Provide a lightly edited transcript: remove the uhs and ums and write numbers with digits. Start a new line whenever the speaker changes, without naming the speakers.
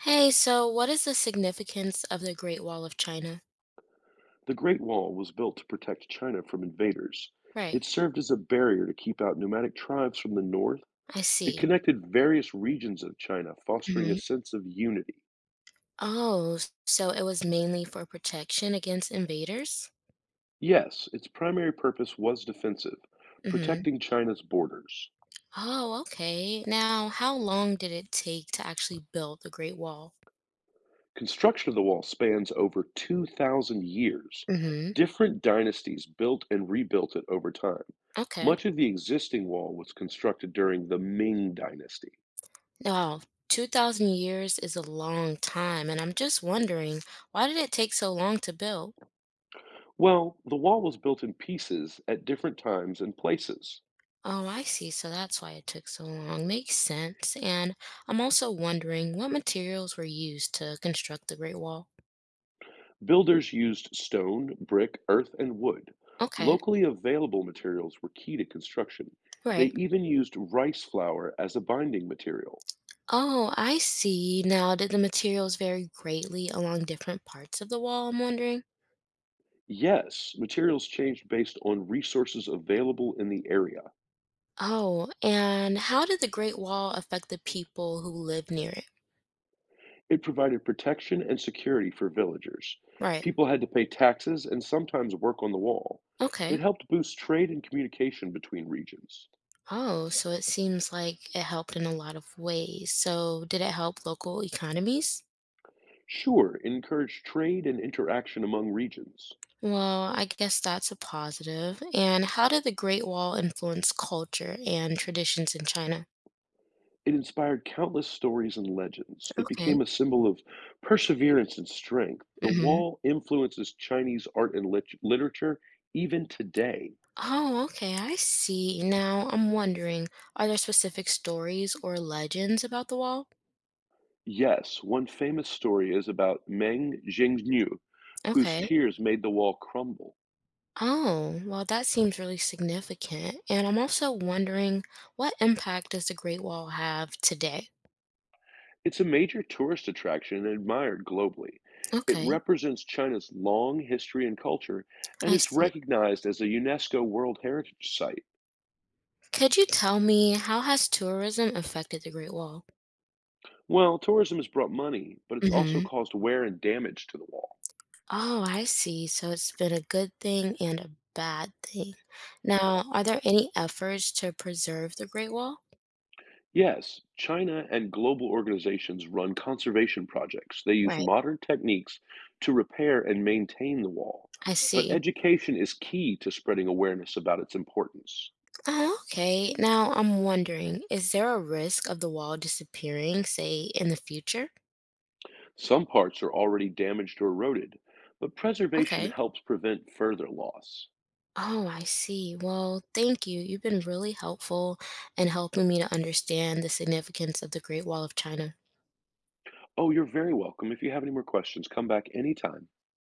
Hey, so what is the significance of the Great Wall of China?
The Great Wall was built to protect China from invaders.
Right,
It served as a barrier to keep out nomadic tribes from the north.
I
It
see.
connected various regions of China, fostering a
hmm
sense of unity.
Oh, so it was mainly for protection against invaders?
Yes, its primary purpose was defensive,
hmm
protecting China's borders.
Oh, okay. Now, how long did it take to actually build the Great Wall?
Construction of the wall spans over 2,000 years.
hmm
Different dynasties built and rebuilt it over time.
Okay.
Much of the existing wall was constructed during the Ming Dynasty.
Wow, 2,000 years is a long time, and I'm just wondering, why did it take so long to build?
Well, the wall was built in pieces at different times and places.
Oh, I see. So that's why it took so long. Makes sense. And I'm also wondering, what materials were used to construct the Great Wall?
Builders used stone, brick, earth, and wood.
Okay,
Locally available materials were key to construction. They
right.
even used rice flour as a binding material.
Oh, I see. Now, did the materials vary greatly along different parts of the wall? I'm wondering.
Yes, materials changed based on resources available in the area.
Oh, and how did the Great Wall affect the people who live near it?
It provided protection and security for villagers.
Right.
People had to pay taxes and sometimes work on the wall. It
Okay.
helped boost trade and communication between regions.
Oh, so it seems like it helped in a lot of ways. So, did it help local economies?
Sure encouraged trade and interaction among regions.
Well, I guess that's a positive. And how did the Great Wall influence culture and traditions in China?
It inspired countless stories and legends. It
Okay.
became a symbol of perseverance and strength. The
hmm
wall influences Chinese art and literature even today.
Oh, okay, I see. Now I'm wondering, are there specific stories or legends about the wall?
Yes, one famous story is about Meng Jingnu, whose
Okay.
tears made the wall crumble.
Oh, well, that seems really significant. And I'm also wondering, what impact does the Great Wall have today?
It's a major tourist attraction and admired globally. It
Okay,
represents China's long history and culture, and
I
it's
see.
recognized as a UNESCO World Heritage Site.
Could you tell me, how has tourism affected the Great Wall?
Well, tourism has brought money, but it's also
Mm-hmm.
caused wear and damage to the wall.
Oh, I see. So it's been a good thing and a bad thing. Now, are there any efforts to preserve the Great Wall?
Yes, China and global organizations run conservation projects. They use
Right,
modern techniques to repair and maintain the wall.
I
But
see.
education is key to spreading awareness about its importance.
Oh, okay. Now I'm wondering, is there a risk of the wall disappearing, say, in the future?
Some parts are already damaged or eroded, but preservation
Okay.
helps prevent further loss.
Oh, I see. Well, thank you. You've been really helpful in helping me to understand the significance of the Great Wall of China.
Oh, you're very welcome. If you have any more questions, come back anytime.